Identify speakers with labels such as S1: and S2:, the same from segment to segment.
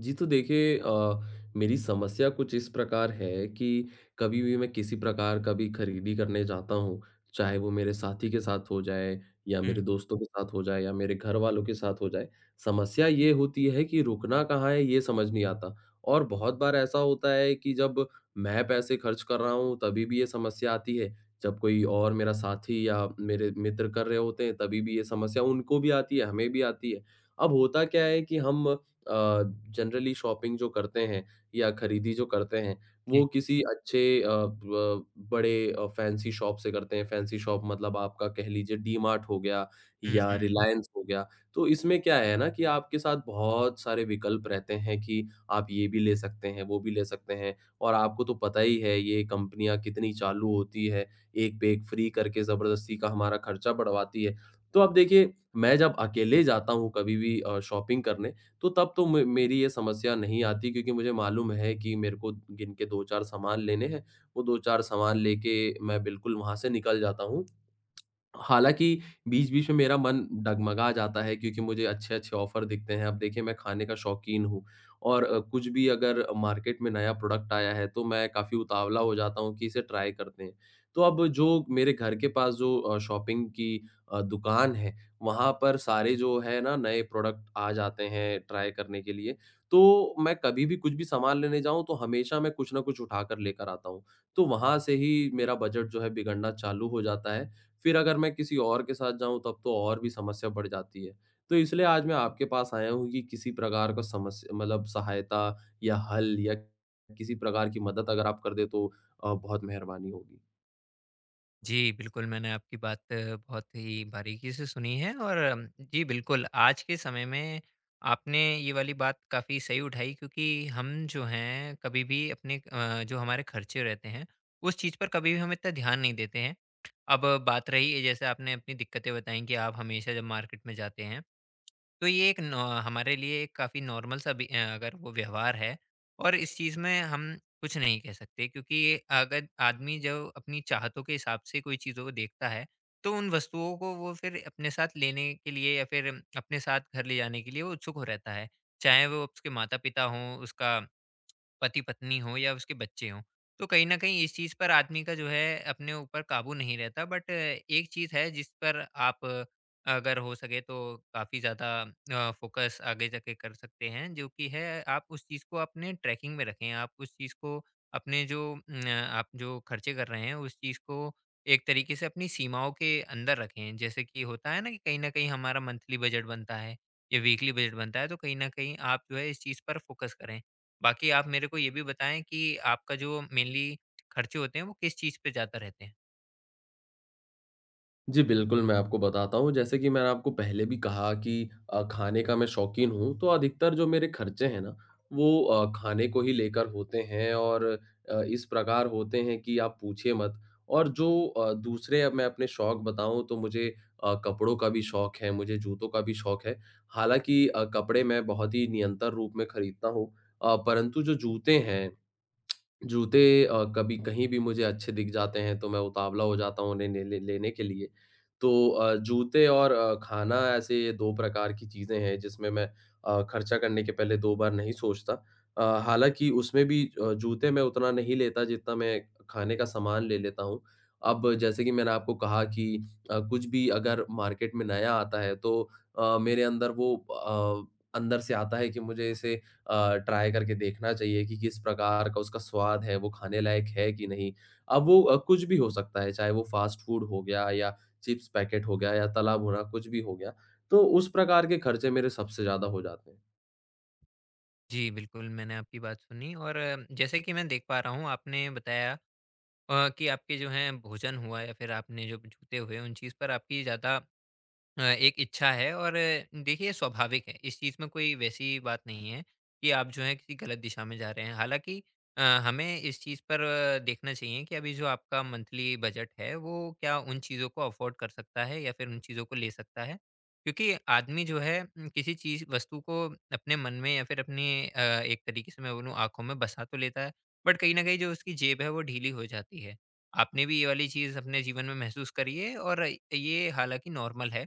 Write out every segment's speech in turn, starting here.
S1: जी, तो देखिए मेरी समस्या कुछ इस प्रकार है कि कभी भी मैं किसी प्रकार का भी खरीदी करने जाता हूँ, चाहे वो मेरे साथी के साथ हो जाए या
S2: हुँ।
S1: मेरे दोस्तों के साथ हो जाए या मेरे घरवालों के साथ हो जाए, समस्या ये होती है कि रुकना कहाँ है ये समझ नहीं आता। और बहुत बार ऐसा होता है कि जब मैं पैसे खर्च कर रहा हूँ तभी भी ये समस्या आती है, जब कोई और मेरा साथी या मेरे मित्र कर रहे होते हैं तभी भी ये समस्या उनको भी आती है, हमें भी आती है। अब होता क्या है कि हम अ, जनरली शॉपिंग जो करते हैं या खरीदी जो करते हैं, वो
S2: जी।
S1: किसी अच्छे अ, ब बड़े फैंसी शॉप से करते हैं। फैंसी शॉप मतलब आपका कह लीजिए डीमार्ट हो गया
S2: हुँ,
S1: या
S2: हुँ।
S1: रिलायंस हो गया। तो इसमें क्या है ना कि आपके साथ बहुत सारे विकल्प रहते हैं कि आप ये भी ले सकते हैं, वो भी ले सकते हैं और आपको तो पता ही है ये कंपनियाँ कितनी चालू होती है, एक पे एक फ्री करके ज़बरदस्ती का हमारा खर्चा बढ़वाती है। तो आप देखिए, मैं जब अकेले जाता हूँ कभी भी शॉपिंग करने तो तब तो मे मेरी ये समस्या नहीं आती क्योंकि मुझे मालूम है कि मेरे को गिन के 2-4 सामान लेने हैं, वो 2-4 सामान लेके मैं बिल्कुल वहाँ से निकल जाता हूँ। हालाँकि, बीच-बीच में मेरा मन डगमगा जाता है क्योंकि मुझे अच्छे-अच्छे ऑफ़र दिखते हैं। अब देखिए मैं खाने का शौकीन हूँ और कुछ भी अगर मार्केट में नया प्रोडक्ट आया है तो मैं काफ़ी उतावला हो जाता हूँ कि इसे ट्राई करते हैं। तो अब जो मेरे घर के पास जो शॉपिंग की दुकान है, वहाँ पर सारे जो है ना नए प्रोडक्ट आ जाते हैं ट्राई करने के लिए। तो मैं कभी भी कुछ भी सामान लेने जाऊँ तो हमेशा मैं कुछ न कुछ उठाकर लेकर आता हूँ। तो वहाँ से ही मेरा बजट जो है बिगड़ना चालू हो जाता है। फिर अगर मैं किसी और के साथ जाऊँ तब तो और भी समस्या बढ़ जाती है। तो इसलिए आज मैं आपके पास आया हूँ कि किसी प्रकार का समस्या मतलब सहायता या हल या किसी प्रकार की मदद अगर आप कर दें तो बहुत मेहरबानी होगी।
S2: जी, बिल्कुल मैंने आपकी बात बहुत ही बारीकी से सुनी है। और जी बिल्कुल, आज के समय में आपने ये वाली बात काफ़ी सही उठाई क्योंकि हम जो हैं कभी भी अपने जो हमारे खर्चे रहते हैं, उस चीज़ पर कभी भी हम इतना ध्यान नहीं देते हैं। अब बात रही, जैसे आपने अपनी दिक्कतें बताई कि आप हमेशा जब मार्केट में जाते हैं, तो ये एक नॉ हमारे लिए एक काफ़ी नॉर्मल सा अगर वो व्यवहार है, और इस चीज़ में हम कुछ नहीं कह सकते, क्योंकि ये अगर आदमी जो अपनी चाहतों के हिसाब से कोई चीज़ों को देखता है, तो उन वस्तुओं को वो फिर अपने साथ लेने के लिए, या फिर अपने साथ घर ले जाने के लिए वो उत्सुक हो रहता है। चाहे वो उसके माता-पिता हों, उसका पति-पत्नी हो, या उसके बच्चे हों। तो कहीं न कहीं इस चीज़ पर आदमी का जो है अपने ऊपर काबू नहीं रहता, बट एक चीज़ है जिस पर आप अगर हो सके तो काफ़ी ज़्यादा फ़ोकस आगे जाके कर सकते हैं, जो कि है आप उस चीज़ को अपने ट्रैकिंग में रखें। आप उस चीज़ को अपने जो न आप जो खर्चे कर रहे हैं उस चीज़ को एक तरीके से अपनी सीमाओं के अंदर रखें। जैसे कि होता है ना कि कहीं न कहीं हमारा मंथली बजट बनता है, या वीकली बजट बनता है, तो कहीं न कहीं आप जो है इस चीज़ पर फ़ोकस करें। बाकी आप मेरे को ये भी बताएँ कि आपका जो मेनली खर्चे होते हैं, वो किस चीज़ पे ज़्यादा रहते हैं?
S1: जी, बिल्कुल, मैं आपको बताता हूँ। जैसे कि मैंने आपको पहले भी कहा कि खाने का मैं शौकीन हूँ, तो अधिकतर जो मेरे खर्चे हैं ना, वो खाने को ही लेकर होते हैं और इस प्रकार होते हैं कि आप पूछिए मत। और जो दूसरे अब मैं अपने शौक बताऊँ, तो मुझे कपड़ों का भी शौक है, मुझे जूतों का भी शौक है। हालाँकि कपड़े मैं बहुत ही निरंतर रूप में खरीदता हूँ, परंतु जो जूते हैं, जूते कभी कहीं भी मुझे अच्छे दिख जाते हैं तो मैं उतावला हो जाता हूँ उन्हें ने ले लेने के लिए। तो जूते और खाना ऐसे 2 प्रकार की चीज़ें हैं जिसमें मैं खर्चा करने के पहले 2 बार नहीं सोचता। हालाँकि उसमें भी जूते मैं उतना नहीं लेता जितना मैं खाने का सामान ले लेता हूँ। अब जैसे कि मैंने आपको कहा कि कुछ भी अगर मार्केट में नया आता है तो मेरे अंदर अंदर से आता है कि मुझे इसे ट्राई करके देखना चाहिए कि किस प्रकार का उसका स्वाद है, वो खाने लायक है कि नहीं। अब वो कुछ भी हो सकता है, चाहे वो फ़ास्ट फ़ूड हो गया या चिप्स पैकेट हो गया या तला भुना कुछ भी हो गया, तो उस प्रकार के खर्चे मेरे सबसे ज़्यादा हो जाते हैं।
S2: जी, बिल्कुल, मैंने आपकी बात सुनी। और जैसे कि मैं देख पा रहा हूँ, आपने बताया कि आपके जो हैं भोजन हुआ, या फिर आपने जो जूते हुए, उन चीज़ पर आपकी ज़्यादा एक इच्छा है। और देखिए, स्वाभाविक है। इस चीज़ में कोई वैसी बात नहीं है कि आप जो है किसी गलत दिशा में जा रहे हैं। हालाँकि हमें इस चीज़ पर देखना चाहिए कि अभी जो आपका मंथली बजट है, वो क्या उन चीज़ों को अफ़ोर्ड कर सकता है, या फिर उन चीज़ों को ले सकता है? क्योंकि आदमी जो है किसी चीज़ वस्तु को अपने मन में, या फिर अपने एक तरीके से मैं बोलूँ आँखों में बसा तो लेता है, बट कहीं न कहीं जो उसकी जेब है वो ढीली हो जाती है। आपने भी ये वाली चीज़ अपने जीवन में महसूस करी है, और ये हालाँकि नॉर्मल है।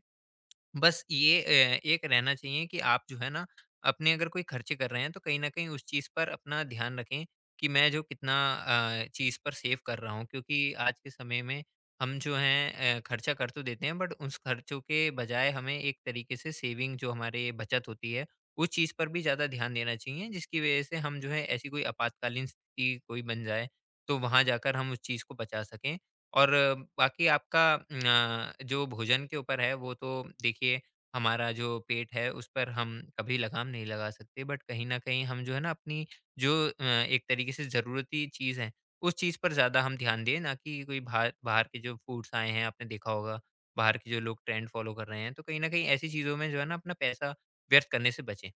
S2: बस ये एक रहना चाहिए कि आप जो है ना, अपने अगर कोई खर्चे कर रहे हैं, तो कहीं न कहीं उस चीज़ पर अपना ध्यान रखें कि मैं जो कितना चीज़ पर सेव कर रहा हूँ। क्योंकि आज के समय में हम जो हैं खर्चा कर तो देते हैं, बट उस खर्चों के बजाय हमें एक तरीके से सेविंग जो हमारे बचत होती है, उस चीज़ पर भी ज़्यादा ध्यान देना चाहिए, जिसकी वजह से हम जो है, ऐसी कोई आपातकालीन स्थिति कोई बन जाए, तो वहाँ जाकर हम उस चीज़ को बचा सकें। और बाकी आपका जो भोजन के ऊपर है, वो तो देखिए हमारा जो पेट है उस पर हम कभी लगाम नहीं लगा सकते, बट कहीं न कहीं हम जो है ना, अपनी जो एक तरीके से ज़रूरती चीज़ है, उस चीज़ पर ज़्यादा हम ध्यान दें, ना कि कोई बाहर बाहर के जो फूड्स आए हैं आपने देखा होगा, बाहर के जो लोग ट्रेंड फ़ॉलो कर रहे हैं, तो कहीं न कहीं ऐसी चीज़ों में जो है ना, अपना पैसा व्यर्थ करने से बचें।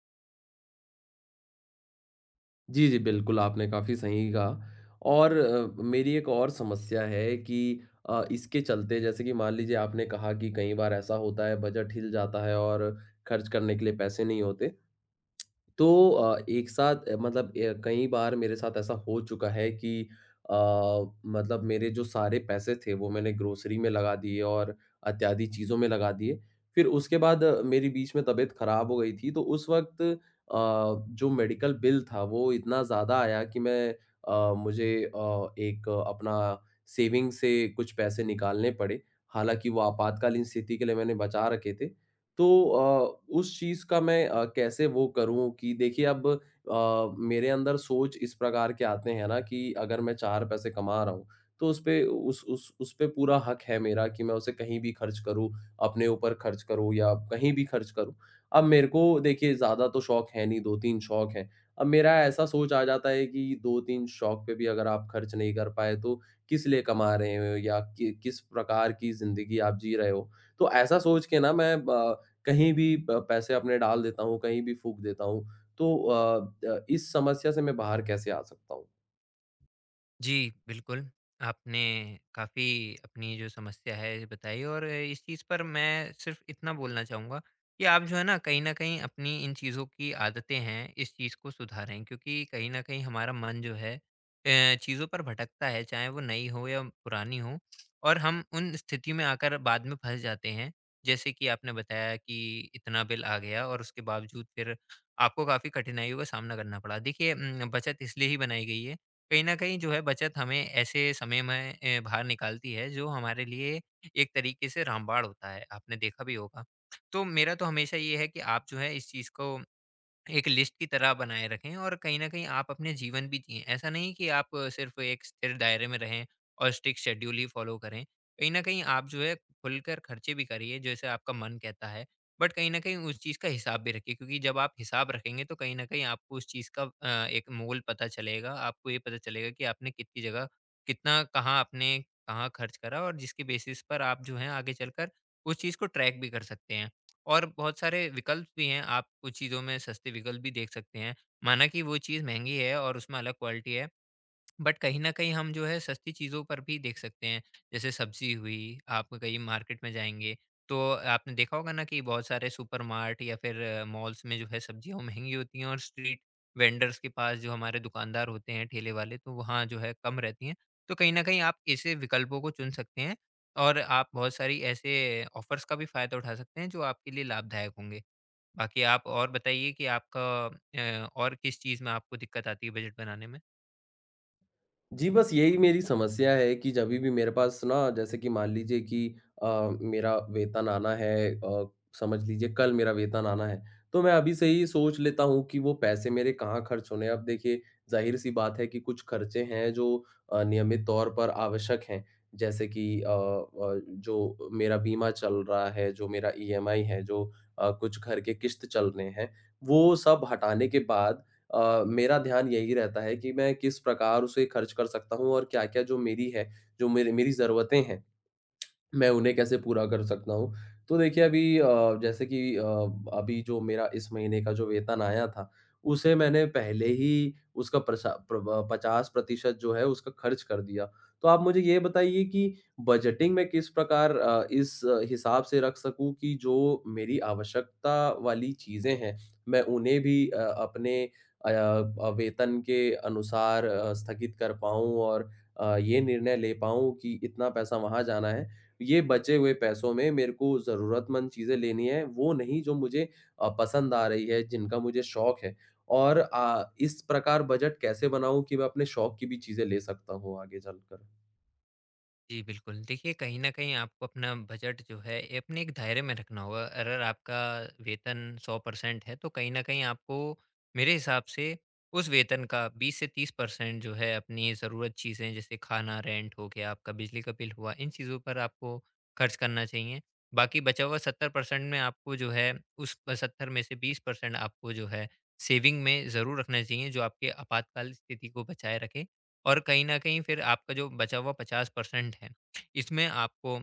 S1: जी, जी, बिल्कुल, आपने काफ़ी सही कहा और मेरी एक और समस्या है कि इसके चलते जैसे कि मान लीजिए आपने कहा कि कई बार ऐसा होता है बजट हिल जाता है और खर्च करने के लिए पैसे नहीं होते। तो एक साथ मतलब कई बार मेरे साथ ऐसा हो चुका है कि अ, मतलब मेरे जो सारे पैसे थे वो मैंने ग्रोसरी में लगा दिए और इत्यादि चीज़ों में लगा दिए। फिर उसके बाद मेरी बीच में तबीयत खराब हो गई थी तो उस वक़्त जो मेडिकल बिल था वो इतना ज़्यादा आया कि मुझे एक अपना सेविंग से कुछ पैसे निकालने पड़े। हालाँकि वो आपातकालीन स्थिति के लिए मैंने बचा रखे थे। तो उस चीज़ का मैं कैसे वो करूँ कि देखिए अब मेरे अंदर सोच इस प्रकार के आते हैं ना कि अगर मैं 4 पैसे कमा रहा हूँ, तो उस पे उस पे पूरा हक है मेरा कि मैं उसे कहीं भी खर्च करूँ, अपने ऊपर खर्च करूँ या कहीं भी खर्च करूँ। अब मेरे को देखिए ज़्यादा तो शौक है नहीं, 2-3 शौक हैं। अब मेरा ऐसा सोच आ जाता है कि 2-3 शौक पे भी अगर आप खर्च नहीं कर पाए तो किस लिए कमा रहे हो या कि किस प्रकार की ज़िंदगी आप जी रहे हो? तो ऐसा सोच के ना मैं ब कहीं भी पैसे अपने डाल देता हूँ, कहीं भी फूँक देता हूँ। तो अ, द इस समस्या से मैं बाहर कैसे आ सकता हूँ?
S2: जी, बिल्कुल। आपने काफ़ी अपनी जो समस्या है ये बताई, और इस चीज़ पर मैं सिर्फ़ इतना बोलना चाहूँगा कि आप जो है ना, कहीं न कहीं अपनी इन चीज़ों की आदतें हैं, इस चीज़ को सुधारें, क्योंकि कहीं न कहीं हमारा मन जो है चीज़ों पर भटकता है, चाहे वो नई हो या पुरानी हो, और हम उन स्थिति में आकर बाद में फँस जाते हैं। जैसे कि आपने बताया कि इतना बिल आ गया, और उसके बावजूद फिर आपको काफ़ी कठिनाइयों का सामना करना पड़ा। देखिए, बचत इसलिए ही बनाई गई है, कहीं न कहीं जो है बचत हमें ऐसे समय में बाहर निकालती है, जो हमारे लिए एक तरीके से रामबाण होता है, आपने देखा भी होगा। तो मेरा तो हमेशा ये है कि आप जो है इस चीज़ को एक लिस्ट की तरह बनाए रखें, और कहीं न कहीं आप अपने जीवन भी जिएँ। ऐसा नहीं कि आप सिर्फ़ एक स्थिर दायरे में रहें, और स्ट्रिक्ट शेड्यूल ही फ़ॉलो करें। कहीं न कहीं आप जो है खुलकर खर्चे भी करिए, जैसे आपका मन कहता है। बट कहीं न कहीं उस चीज़ का हिसाब भी रखिए, क्योंकि जब आप हिसाब रखेंगे, तो कहीं न कहीं आपको उस चीज़ का एक मोल पता चलेगा। आपको ये पता चलेगा कि आपने कितनी जगह, कितना कहाँ आपने, कहाँ खर्च करा, और जिसके बेसिस पर आप जो हैं आगे चलकर उस चीज़ को ट्रैक भी कर सकते हैं। और बहुत सारे विकल्प भी हैं, आप कुछ चीज़ों में सस्ते विकल्प भी देख सकते हैं। माना कि वो चीज़ महँगी है, और उसमें अलग क्वालिटी है। बट कहीं न कहीं हम जो है सस्ती चीज़ों पर भी देख सकते हैं। जैसे सब्ज़ी हुई, आप कहीं मार्केट में जाएँगे, तो आपने देखा होगा ना कि बहुत सारे सुपरमार्ट, या फिर मॉल्स में जो है सब्ज़ियाँ वो महँगी होती हैं, और स्ट्रीट वेंडर्स के पास जो हमारे दुकानदार होते हैं, ठेले वाले, तो वहाँ जो है कम रहती हैं। तो कहीं न कहीं आप ऐसे विकल्पों को चुन सकते हैं, और आप बहुत सारी ऐसे ऑफ़र्स का भी फ़ायदा उठा सकते हैं, जो आपके लिए लाभदायक होंगे। बाकी आप और बताइए कि आपका और किस चीज़ में आपको दिक्कत आती है बजट बनाने में?
S1: जी, बस यही मेरी समस्या है कि जभी भी मेरे पास ना जैसे कि मान लीजिए कि मेरा वेतन आना है, समझ लीजिए कल मेरा वेतन आना है, तो मैं अभी से ही सोच लेता हूँ कि वो पैसे मेरे कहाँ खर्च होने हैं। अब देखिए ज़ाहिर-सी बात है कि कुछ खर्चे हैं जो नियमित तौर पर आवश्यक हैं, जैसे कि जो मेरा बीमा चल रहा है, जो मेरा ईएमआई है, जो कुछ घर के किश्त चल रहे हैं, वो सब हटाने के बाद मेरा ध्यान यही रहता है कि मैं किस प्रकार उसे खर्च कर सकता हूँ और क्या-क्या जो मेरी है, जो मेरी मेरी ज़रूरतें हैं मैं उन्हें कैसे पूरा कर सकता हूँ। तो देखिए जैसे कि अभी जो मेरा इस महीने का जो वेतन आया था, उसे मैंने पहले ही उसका प्रसा प्र ब 50% जो है उसका खर्च कर दिया। तो आप मुझे ये बताइए कि बजटिंग मैं किस प्रकार इस हिसाब से रख सकूँ कि जो मेरी आवश्यकता वाली चीज़ें हैं, मैं उन्हें भी अपने वेतन के अनुसार स्थगित कर पाऊँ और ये निर्णय ले पाऊँ कि इतना पैसा वहाँ जाना है। ये बचे हुए पैसों में मेरे को ज़रूरतमंद चीज़ें लेनी है, वो नहीं जो मुझे पसंद आ रही है, जिनका मुझे शौक है और इस प्रकार बजट कैसे बनाऊँ कि मैं अपने शौक की भी चीज़ें ले सकता हूँ आगे चलकर।
S2: जी, बिल्कुल। देखिए, कहीं न कहीं आपको अपना बजट जो है, ये अपने एक दायरे में रखना होगा। अगर आपका वेतन 100% है, तो कहीं न कहीं आपको मेरे हिसाब से उस वेतन का 20 से 30% जो है, अपनी ज़रूरत चीज़ें जैसे खाना, रेंट हो गया, आपका बिजली का बिल हुआ, इन चीज़ों पर आपको खर्च करना चाहिए। बाकी बचा हुआ 70% में आपको जो है, उस 70 में से 20% आपको जो है, सेविंग में ज़रूर रखना चाहिए, जो आपके आपातकाल स्थिति को बचाए रखे। और कहीं न कहीं फिर आपका जो बचा हुआ 50% है, इसमें आपको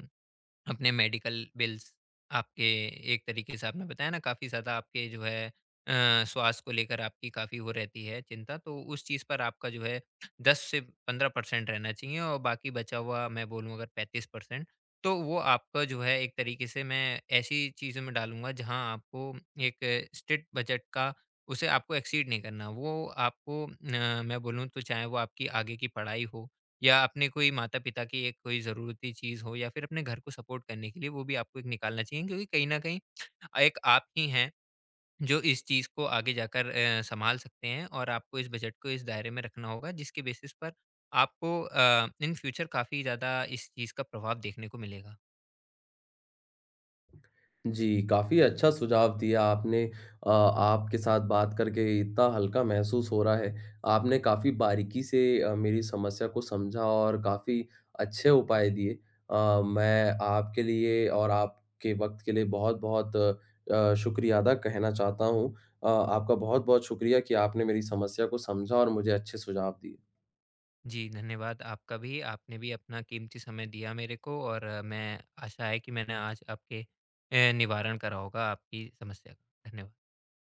S2: अपने मेडिकल बिल्स, आपके एक तरीके से आपने बताया ना, काफ़ी ज़्यादा आपके जो है स्वास्थ्य को लेकर आपकी काफ़ी वो रहती है चिंता, तो उस चीज़ पर आपका जो है 10 से 15% रहना चाहिए, और बाकी बचा हुआ मैं बोलूँ अगर 35%, तो वो आपका जो है एक तरीके से मैं ऐसी चीज़ों में डालूँगा, जहाँ आपको एक स्ट्रिक्ट बजट का, उसे आपको एक्सीड नहीं करना। वो आपको मैं बोलूँ तो, चाहे वो आपकी आगे की पढ़ाई हो, या अपने कोई माता-पिता की एक कोई ज़रूरती चीज़ हो, या फिर अपने घर को सपोर्ट करने के लिए, वो भी आपको एक निकालना चाहिए, क्योंकि कहीं न कहीं एक आप ही हैं जो इस चीज़ को आगे जाकर सँभाल सकते हैं। और आपको इस बजट को इस दायरे में रखना होगा, जिसके बेसिस पर आपको इन फ्यूचर काफ़ी ज़्यादा इस चीज़ का प्रभाव देखने को मिलेगा।
S1: जी, काफ़ी अच्छा सुझाव दिया आपने। आपके साथ बात करके इतना हल्का महसूस हो रहा है। आपने काफ़ी बारीकी से मेरी समस्या को समझा और काफ़ी अच्छे उपाय दिए। मैं आपके लिए और आपके वक़्त के लिए बहुत-बहुत शुक्रिया अदा कहना चाहता हूँ। आपका बहुत-बहुत शुक्रिया कि आपने मेरी समस्या को समझा और मुझे अच्छे सुझाव दिए।
S2: जी, धन्यवाद आपका भी, आपने भी अपना कीमती समय दिया मेरे को। और मैं आशा है कि मैंने आज आपके निवारण करा होगा आपकी समस्या का। धन्यवाद।